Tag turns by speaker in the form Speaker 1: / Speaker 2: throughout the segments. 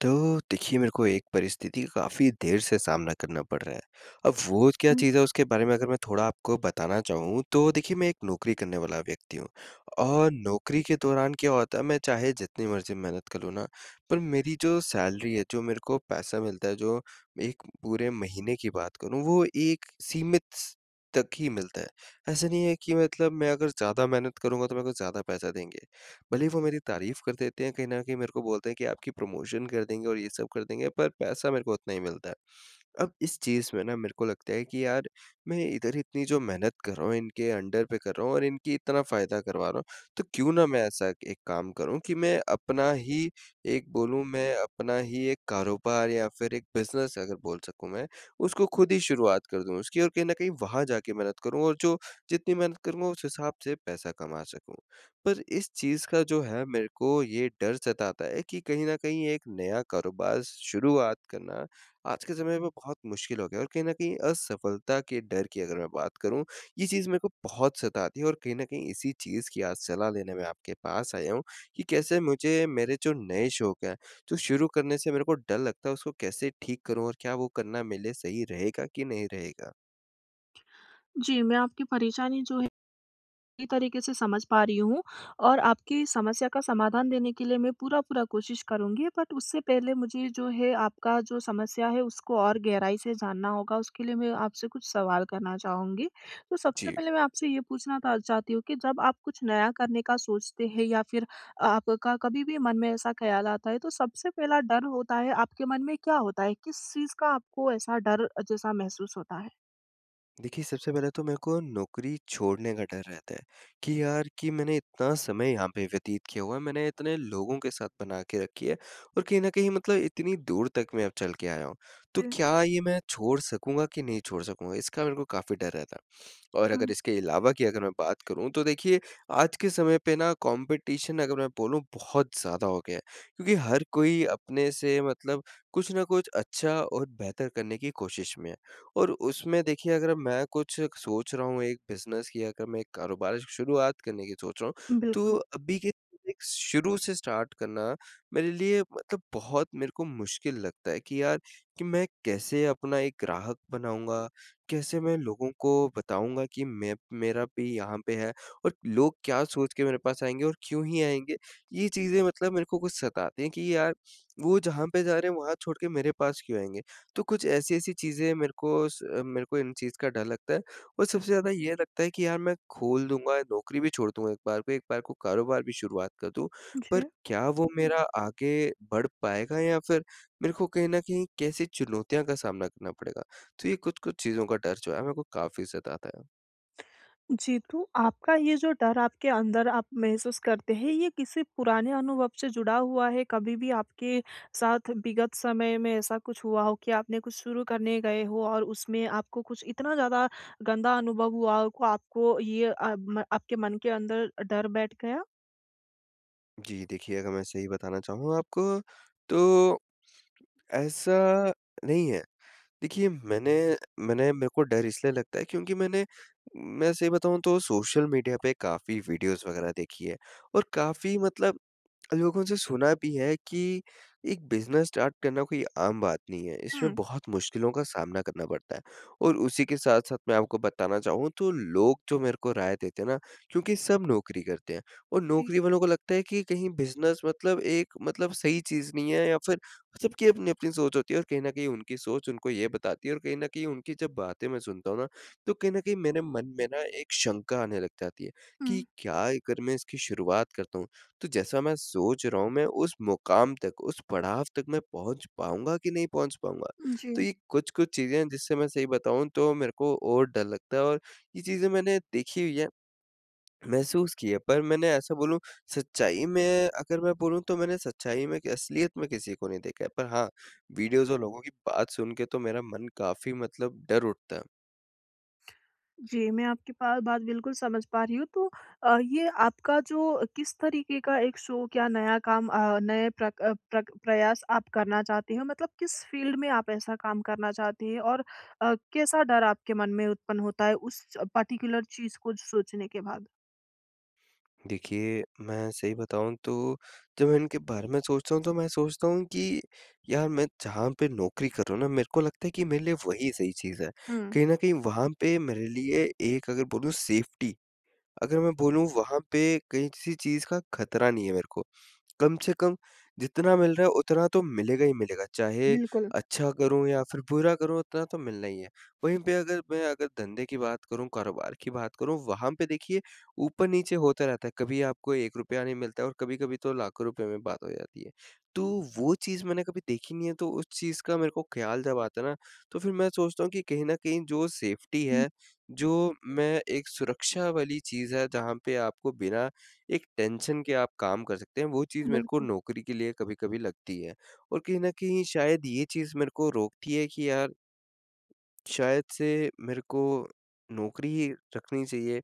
Speaker 1: तो देखिए, मेरे को एक परिस्थिति का काफ़ी देर से सामना करना पड़ रहा है। अब वो क्या
Speaker 2: हुँ,
Speaker 1: चीज़ है उसके बारे में अगर मैं थोड़ा आपको बताना चाहूँ तो देखिए, मैं एक नौकरी करने वाला व्यक्ति हूँ और नौकरी के दौरान क्या होता है, मैं चाहे जितनी मर्ज़ी मेहनत कर लूँ ना, पर मेरी जो सैलरी है, जो मेरे को पैसा मिलता है, जो एक पूरे महीने की बात करूँ, वो एक सीमित स तक ही मिलता है। ऐसा नहीं है कि मतलब मैं अगर ज़्यादा मेहनत करूँगा तो मेरे को ज़्यादा पैसा देंगे। भले ही वो मेरी तारीफ़ कर देते हैं, कहीं न कहीं मेरे को बोलते हैं कि आपकी प्रमोशन कर देंगे और ये सब कर देंगे, पर पैसा मेरे को उतना ही मिलता है। अब इस चीज़ में ना मेरे को लगता है कि यार, मैं इधर इतनी जो मेहनत कर रहा हूँ, इनके अंडर पे कर रहा हूँ और इनकी इतना फ़ायदा करवा रहा हूँ, तो क्यों ना मैं ऐसा एक काम करूँ कि मैं अपना ही एक कारोबार या फिर एक बिज़नेस अगर बोल सकूँ मैं, उसको खुद ही शुरुआत कर दूँ उसकी और कहीं न कहीं वहाँ जाके मेहनत करूँ और जो जितनी मेहनत करूँगा उस हिसाब से पैसा कमा सकूँ। पर इस चीज़ का जो है, मेरे को ये डर सताता है कि कहीं न कहीं एक नया कारोबार शुरुआत करना आज के समय में बहुत मुश्किल हो गया है और कहीं न कहीं असफलता के डर की अगर मैं बात करूँ, ये चीज़ मेरे को बहुत सताती है और कहीं न कहीं इसी चीज़ की आज सलाह लेने मैं आपके पास आया हूँ कि कैसे मुझे मेरे जो नए शौक हैं, जो शुरू करने से मेरे को डर लगता है, उसको कैसे ठीक करूँ और क्या वो करना मेरे लिए सही रहेगा कि नहीं रहेगा?
Speaker 2: जी, मैं आपकी परेशानी जो है पूरी तरीके से समझ पा रही हूँ और आपकी समस्या का समाधान देने के लिए मैं पूरा-पूरा कोशिश करूँगी। बट उससे पहले मुझे जो है आपका जो समस्या है उसको और गहराई से जानना होगा, उसके लिए मैं आपसे कुछ सवाल करना चाहूँगी। तो सबसे
Speaker 1: जी।
Speaker 2: पहले मैं आपसे ये पूछना था चाहती हूँ कि जब आप कुछ नया करने का सोचते हैं या फिर आपका कभी भी मन में ऐसा ख़्याल आता है, तो सबसे पहला डर होता है आपके मन में क्या होता है? किस चीज़ का आपको ऐसा डर जैसा महसूस होता है?
Speaker 1: देखिए, सबसे पहले तो मेरे को नौकरी छोड़ने का डर रहता है, कि यार, कि मैंने इतना समय यहाँ पे व्यतीत किया हुआ है, मैंने इतने लोगों के साथ बना के रखी है और कहीं न कहीं मतलब इतनी दूर तक मैं अब चल के आया हूँ। तो
Speaker 2: जी।
Speaker 1: क्या ये मैं छोड़ सकूँगा कि नहीं छोड़ सकूँगा? इसका मेरे को काफ़ी डर रहता है। और अगर
Speaker 2: हुँ,
Speaker 1: इसके अलावा की अगर मैं बात करूँ तो देखिए, आज के समय पे ना कॉम्पिटिशन अगर मैं बोलूँ, बहुत ज़्यादा हो गया है। क्योंकि हर कोई अपने से मतलब कुछ न कुछ अच्छा और बेहतर करने की कोशिश में है। और उसमें देखिए, अगर मैं कुछ सोच रहा हूँ, एक बिज़नेस की अगर मैं एक कारोबार की शुरुआत करने की सोच रहा हूँ, तो
Speaker 2: बिल्कुल।
Speaker 1: अभी के एक शुरू से स्टार्ट करना मेरे लिए मतलब बहुत मेरे को मुश्किल लगता है कि यार, कि मैं कैसे अपना एक ग्राहक बनाऊँगा? कैसे मैं लोगों को बताऊँगा कि मैं मेरा भी यहाँ पे है और लोग क्या सोच के मेरे पास आएँगे और क्यों ही आएँगे? ये चीज़ें मतलब मेरे को कुछ सताती हैं कि यार, वो जहाँ पे जा रहे हैं वहाँ छोड़ के मेरे पास क्यों आएँगे? तो कुछ ऐसी-ऐसी चीज़ें मेरे को इन चीज़ का डर लगता है और सबसे ज़्यादा ये लगता है कि यार, मैं खोल दूँगा, नौकरी भी छोड़ दूँगा, एक बार को कारोबार भी शुरुआत कर दूँ, पर
Speaker 2: जी।
Speaker 1: क्या वो मेरा आगे बढ़ पाएगा या फिर मेरे को कहीं न कहीं कैसी चुनौतियाँ का सामना करना पड़ेगा? तो ये कुछ-कुछ चीज़ों का डर जो है, मेरे को काफ़ी सताता है।
Speaker 2: जी, तो आपका ये जो डर आपके अंदर आप महसूस करते हैं, ये किसी पुराने अनुभव से जुड़ा हुआ है? कभी भी आपके साथ विगत समय में ऐसा कुछ हुआ हो कि आपने कुछ शुरू करने गए हो और उसमें आपको कुछ इतना ज़्यादा गंदा अनुभव हुआ हो को आपको ये अ, म आपके मन के अंदर डर बैठ गया?
Speaker 1: जी, देखिए, अगर मैं सही बताना चाहूँ आपको, तो ऐसा नहीं है। देखिए, मैंने मैंने मेरे को डर इसलिए लगता है क्योंकि मैं सही बताऊँ तो सोशल मीडिया पे काफ़ी वीडियोज़ वगैरह देखी है और काफ़ी मतलब लोगों से सुना भी है कि एक बिज़नेस स्टार्ट करना कोई आम बात नहीं है। इसमें
Speaker 2: हुँ।
Speaker 1: बहुत मुश्किलों का सामना करना पड़ता है और उसी के साथ-साथ मैं आपको बताना चाहूँ तो लोग जो मेरे को राय देते हैं ना, क्योंकि सब नौकरी करते हैं और
Speaker 2: जी।
Speaker 1: नौकरी वालों को लगता है कि कहीं बिज़नेस मतलब एक मतलब सही चीज़ नहीं है या फिर सबकी अपनी-अपनी सोच होती है और कहीं न कहीं उनकी सोच उनको ये बताती है और कहीं न कहीं उनकी जब बातें मैं सुनता हूँ ना, तो कहीं न कहीं मेरे मन में ना एक शंका आने लग जाती है कि
Speaker 2: हुँ,
Speaker 1: क्या, अगर मैं इसकी शुरुआत करता हूँ, तो जैसा मैं सोच रहा हूँ, मैं उस मुकाम तक, उस पड़ाव तक मैं पहुँच पाऊँगा कि नहीं पहुँच पाऊँगा?
Speaker 2: जी।
Speaker 1: तो ये कुछ-कुछ चीज़ें हैं जिससे मैं सही बताऊँ तो मेरे को और डर लगता है और ये चीज़ें मैंने देखी हुई है, महसूस की है। पर मैंने ऐसा बोलूँ, सच्चाई में अगर मैं बोलूँ, तो मैंने सच्चाई में कि असलियत में किसी को नहीं देखा है। पर हाँ, वीडियोज़ और लोगों की बात सुन के तो मेरा मन काफ़ी मतलब डर उठता है।
Speaker 2: जी, मैं आपकी पा बात बिल्कुल समझ पा रही हूँ। तो ये आपका जो किस तरीके का एक शौक या नया काम नए प्रक अ, प्रक प्रयास आप करना चाहते हो? मतलब किस फ़ील्ड में आप ऐसा काम करना चाहते हैं? और कैसा डर आपके मन में उत्पन्न होता है उस पर्टिकुलर चीज़ को सोचने के बाद?
Speaker 1: देखिए, मैं सही बताऊँ तो जब मैं इनके बारे में सोचता हूँ तो मैं सोचता हूँ कि यार, मैं जहाँ पे नौकरी कर रहा हूँ ना, मेरे को लगता है कि मेरे लिए वही सही चीज़ है।
Speaker 2: हुँ।
Speaker 1: कहीं न कहीं वहाँ पे मेरे लिए एक अगर बोलूँ सेफ्टी, अगर मैं बोलूँ वहाँ पे कहीं किसी चीज़ का खतरा नहीं है मेरे को। कम से कम जितना मिल रहा है उतना तो मिलेगा ही मिलेगा, चाहे
Speaker 2: बिल्कुल।
Speaker 1: अच्छा करूँ या फिर बुरा करूँ, उतना तो मिलना ही है। वहीं पे अगर मैं अगर धंधे की बात करूँ, कारोबार की बात करूँ, वहाँ पे देखिए ऊपर-नीचे होता रहता है, कभी आपको ₹1 नहीं मिलता है और कभी-कभी तो लाखों रुपए में बात हो जाती है। तो वो चीज़ मैंने कभी देखी नहीं है, तो उस चीज़ का मेरे को ख़्याल जब आता है ना, तो फिर मैं सोचता हूँ कि कहीं न कहीं जो सेफ्टी
Speaker 2: हुँ,
Speaker 1: है, जो मैं एक सुरक्षा वाली चीज़ है, जहाँ पे आपको बिना एक टेंशन के आप काम कर सकते हैं, वो चीज़ मेरे को
Speaker 2: बिल्कुल।
Speaker 1: नौकरी के लिए कभी-कभी लगती है। और कहीं न कहीं शायद ये चीज़ मेरे को रोकती है कि यार, शायद से मेरे को नौकरी ही रखनी चाहिए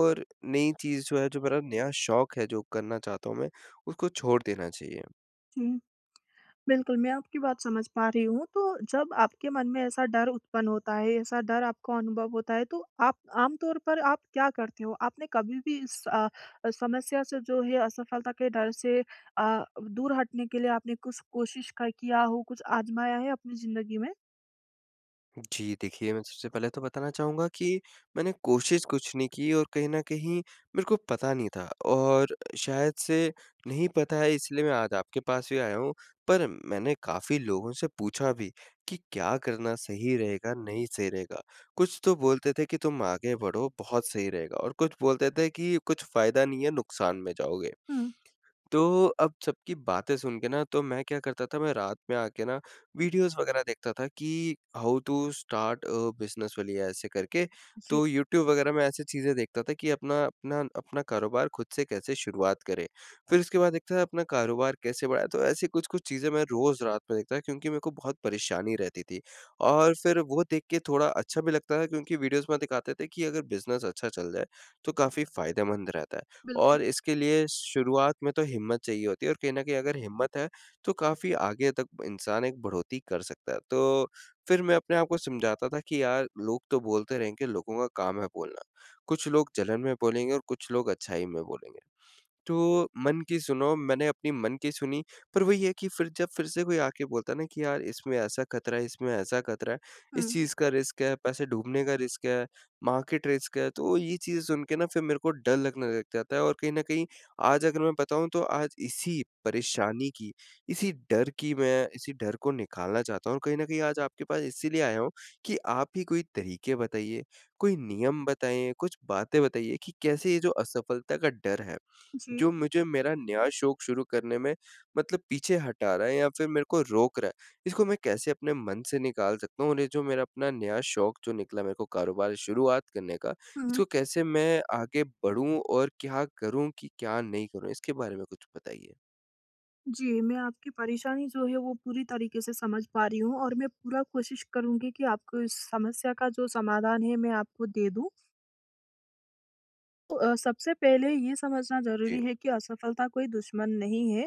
Speaker 1: और नई चीज़ जो है, जो मेरा नया शौक है, जो करना चाहता हूँ मैं, उसको छोड़ देना चाहिए।
Speaker 2: जी। बिल्कुल, मैं आपकी बात समझ पा रही हूँ। तो जब आपके मन में ऐसा डर उत्पन्न होता है, ऐसा डर आपको अनुभव होता है, तो आप आम तौर पर आप क्या करते हो? आपने कभी भी इस समस्या से जो है असफलता के डर से अ, दूर हटने के लिए आपने कुछ कोशिश क किया हो, कुछ आज़माया है अपनी ज़िंदगी में?
Speaker 1: जी, देखिए, मैं सबसे पहले तो बताना चाहूँगा कि मैंने कोशिश कुछ नहीं की और कहीं न कहीं मेरे को पता नहीं था और शायद से नहीं पता है, इसलिए मैं आज आपके पास भी आया हूँ। पर मैंने काफ़ी लोगों से पूछा भी कि क्या करना सही रहेगा, नहीं सही रहेगा। कुछ तो बोलते थे कि तुम आगे बढ़ो, बहुत सही रहेगा और कुछ बोलते थे कि कुछ फ़ायदा नहीं है, नुकसान में जाओगे।
Speaker 2: हुँ,
Speaker 1: तो अब सबकी बातें सुन के ना, तो मैं क्या करता था, मैं रात में आके ना वीडियोज़ वग़ैरह देखता था कि how to start a business वलिया, ऐसे करके।
Speaker 2: जी,
Speaker 1: तो यूट्यूब वग़ैरह में ऐसी चीज़ें देखता था कि अपना अपना अपना कारोबार खुद से कैसे शुरुआत करें। फिर उसके बाद देखता था अपना कारोबार कैसे बढ़ाएँ, तो ऐसी कुछ-कुछ चीज़ें मैं रोज़ रात में देखता था क्योंकि मेरे को बहुत परेशानी रहती थी। और फिर वो देख के थोड़ा अच्छा भी लगता था क्योंकि वीडियोज़ में दिखाते थे कि अगर बिज़नेस अच्छा चल जाए, तो काफ़ी फ़ायदेमंद रहता है।
Speaker 2: बिल्कुल।
Speaker 1: और इसके लिए शुरुआत में तो हिम्मत चाहिए होती है और कहीं न कहीं अगर हिम्मत है, तो काफ़ी आगे तक इंसान एक बढ़ोतरी कर सकता है। तो फिर मैं अपने आप को समझाता था कि यार, लोग तो बोलते रहेंगे, लोगों का काम है बोलना। कुछ लोग जलन में बोलेंगे और कुछ लोग अच्छाई में बोलेंगे। तो मन की सुनो, मैंने अपनी मन की सुनी, पर वही है कि फिर जब फिर से कोई आके बोलता है ना कि यार, इसमें ऐसा खतरा है, इसमें ऐसा खतरा है, इस
Speaker 2: हुँ,
Speaker 1: चीज़ का रिस्क है, पैसे डूबने का रिस्क है, मार्केट रिस्क है, तो ये चीज़ें सुन के ना, फिर मेरे को डर लगने लग जाता है और कहीं न कहीं आज अगर मैं बताऊँ, तो आज इसी परेशानी की, इसी डर की, मैं इसी डर को निकालना चाहता हूँ और कहीं न कहीं आज आपके पास इसीलिए आया हूँ कि आप ही कोई तरीके बताइए, कोई नियम बताएँ, कुछ बातें बताइए कि कैसे ये जो असफलता का डर है,
Speaker 2: जी।
Speaker 1: जो मुझे मेरा नया शौक शुरू करने में मतलब पीछे हटा रहा है या फिर मेरे को रोक रहा है, इसको मैं कैसे अपने मन से निकाल सकता हूँ और ये जो मेरा अपना नया शौक जो निकला मेरे को कारोबार शुरुआत करने का,
Speaker 2: हुँ, हुँ।
Speaker 1: इसको कैसे मैं आगे बढ़ूँ और क्या करूँ कि क्या नहीं करूँ? इसके बारे में कुछ बताइए?
Speaker 2: जी, मैं आपकी परेशानी जो है वो पूरी तरीके से समझ पा रही हूँ और मैं पूरा कोशिश करूँगी कि आपको इस समस्या का जो समाधान है मैं आपको दे दूँ। तो सबसे पहले ये समझना
Speaker 1: जी।
Speaker 2: ज़रूरी है कि असफलता कोई दुश्मन नहीं है।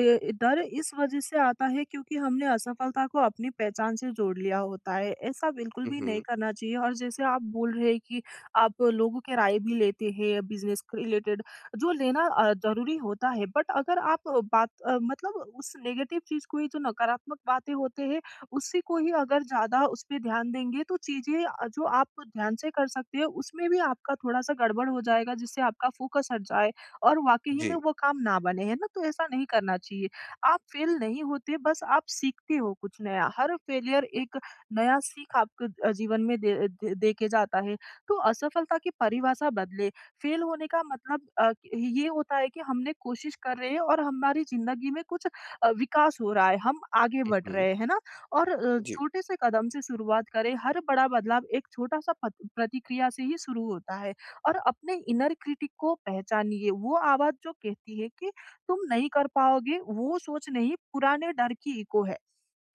Speaker 2: डर इस वजह से आता है क्योंकि हमने असफलता को अपनी पहचान से जोड़ लिया होता है। ऐसा बिल्कुल
Speaker 1: हुँ,
Speaker 2: भी नहीं
Speaker 1: हुँ।
Speaker 2: करना चाहिए और जैसे आप बोल रहे हैं कि आप लोगों की राय भी लेते हैं बिज़नेस के रिलेटेड, जो लेना ज़रूरी होता है। बट अगर आप मतलब उस नेगेटिव चीज़ को ही जो नकारात्मक बातें होते हैं, उसी को ही अगर ज़्यादा उसपे ध्यान देंगे तो चीज़ें जो आप ध्यान से कर सकते हैं उसमें भी आपका थोड़ा-सा गड़बड़ हो जाएगा जिससे आपका फ़ोकस हट जाए और वाक़ई
Speaker 1: जी।
Speaker 2: में वो काम ना बने, है ना? तो ऐसा नहीं करना चाहिए। आप फ़ेल नहीं होते बस आप सीखते हो कुछ नया, हर फ़ेलियर एक नया सीख आपको जीवन में दे दे दे के जाता है। तो असफलता की परिभाषा बदले, फ़ेल होने का मतलब कि ये होता है कि हमने कोशिश कर रहे हैं और हमारी ज़िंदगी में कुछ विकास हो रहा है, हम आगे
Speaker 1: हुँ,
Speaker 2: बढ़
Speaker 1: हुँ।
Speaker 2: रहे हैं, है ना? और
Speaker 1: जी।
Speaker 2: छोटे से कदम से शुरुआत करें, हर बड़ा बदलाव एक छोटा-सा पत प्रतिक्रिया से ही शुरू होता है और अपने इनर क्रिटिक को पहचानिए, वो आवाज़ जो कहती है कि तुम नहीं कर पाओगे, वो सोच नहीं, पुराने डर की इको है।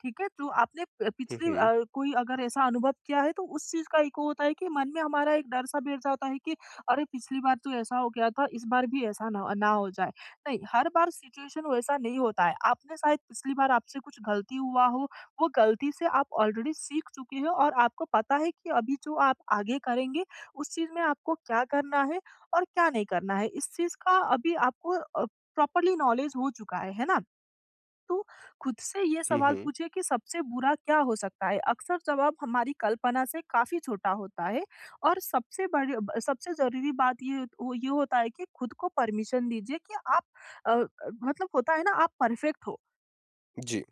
Speaker 2: ठीक है? तो आपने प
Speaker 1: हुँ,
Speaker 2: पिछली
Speaker 1: हुँ।
Speaker 2: कोई अगर ऐसा अनुभव किया है, तो उस चीज़ का इको होता है कि मन में हमारा एक डर-सा बैठ जाता है कि अरे! पिछली बार तो ऐसा हो गया था, इस बार भी ऐसा ना ना हो जाए। नहीं, हर बार सिचुएशन वैसा नहीं होता है। आपने शायद पिछली बार आपसे कुछ गलती हुआ हो वो गलती से आप ऑलरेडी सीख चुके हो और आपको पता है कि अभी जो आप आगे करेंगे उस चीज़ में आपको क्या करना है और क्या नहीं करना है। इस चीज़ का अभी आपको प्रॉपर्ली नॉलेज हो चुका है ना? तो खुद से ये
Speaker 1: हुँ,
Speaker 2: सवाल
Speaker 1: हुँ।
Speaker 2: पूछिए कि सबसे बुरा क्या हो सकता है? अक्सर जवाब हमारी कल्पना से काफ़ी छोटा होता है और सबसे बड़ी ब सबसे ज़रूरी बात ये होता है कि खुद को परमिशन दीजिए कि आप अ अ, मतलब होता है ना आप परफेक्ट हो।
Speaker 1: जी।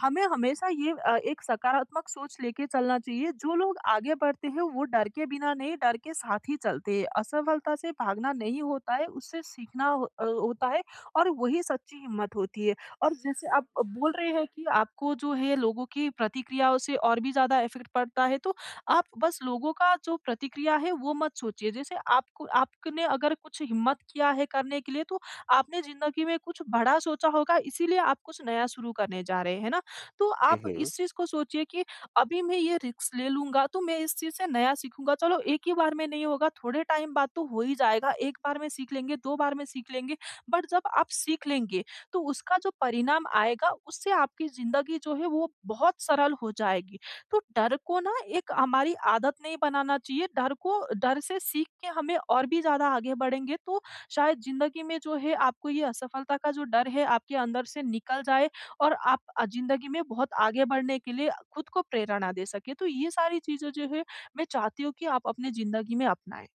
Speaker 2: हमें हमेशा ये एक सकारात्मक सोच लेके चलना चाहिए। जो लोग आगे बढ़ते हैं वो डर के बिना नहीं, डर के साथ ही चलते हैं। असफलता से भागना नहीं होता है, उससे सीखना होता है और वही सच्ची हिम्मत होती है। और जैसे आप बोल रहे हैं कि आपको जो है लोगों की प्रतिक्रियाओं से और भी ज़्यादा इफ़ेक्ट पड़ता है, तो आप बस लोगों का जो प्रतिक्रिया है वो मत सोचिए। जैसे आपको आपने अगर कुछ हिम्मत किया है करने के लिए तो आपने ज़िंदगी में कुछ बड़ा सोचा होगा इसीलिए आप कुछ नया शुरू करने जा रहे हैं, है ना? तो
Speaker 1: हुँ,
Speaker 2: आप
Speaker 1: हुँ।
Speaker 2: इस चीज़ को सोचिए कि अभी मैं ये रिस्क ले लूँगा, तो मैं इस चीज़ से नया सीखूँगा। चलो एक ही बार में नहीं होगा, थोड़े टाइम बाद तो हो ही जाएगा। 1 बार में सीख लेंगे, 2 बार में सीख लेंगे, बट जब आप सीख लेंगे, तो उसका जो परिणाम आएगा, उससे आपकी ज़िंदगी जो है वो बहुत सरल हो जाएगी। तो डर को ना एक हमारी आदत नहीं बनाना चाहिए, डर को डर से सीख के हमें और भी ज़्यादा आगे बढ़ेंगे, तो शायद ज़िंदगी में जो है आपको ये असफलता का जो डर है, आपके अंदर से निकल जाए और आप ज़िंदगी में बहुत आगे बढ़ने के लिए खुद को प्रेरणा दे सकें। तो ये सारी चीज़ें जो है, मैं चाहती हूँ कि आप अपनी ज़िंदगी में अपनाएँ।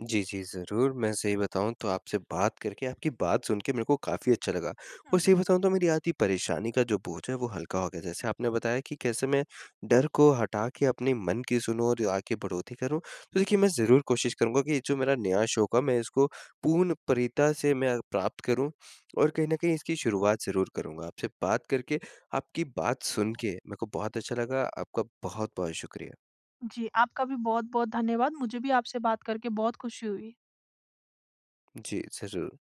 Speaker 1: जी, जी, ज़रूर। मैं सही बताऊँ तो आपसे बात करके, आपकी बात सुन के मेरे को काफ़ी अच्छा लगा और
Speaker 2: हुँ,
Speaker 1: सही बताऊँ तो मेरी आधी परेशानी का जो बोझ है, वो हल्का हो गया। जैसे आपने बताया कि कैसे मैं डर को हटा के अपने मन की सुनूँ और आगे बढ़ोतरी करूँ। तो देखिए, मैं ज़रूर कोशिश करूँगा कि जो मेरा नया शौक है, मैं इसको पूर्ण प्रियता से मैं प्राप्त करूँ और कहीं न कहीं इसकी शुरुआत ज़रूर करूँगा। आपसे बात करके, आपकी बात सुन के मेरे को बहुत अच्छा लगा। आपका बहुत-बहुत शुक्रिया।
Speaker 2: जी, आपका भी बहुत-बहुत धन्यवाद। मुझे भी आपसे बात करके बहुत खुशी हुई।
Speaker 1: जी, ज़रूर।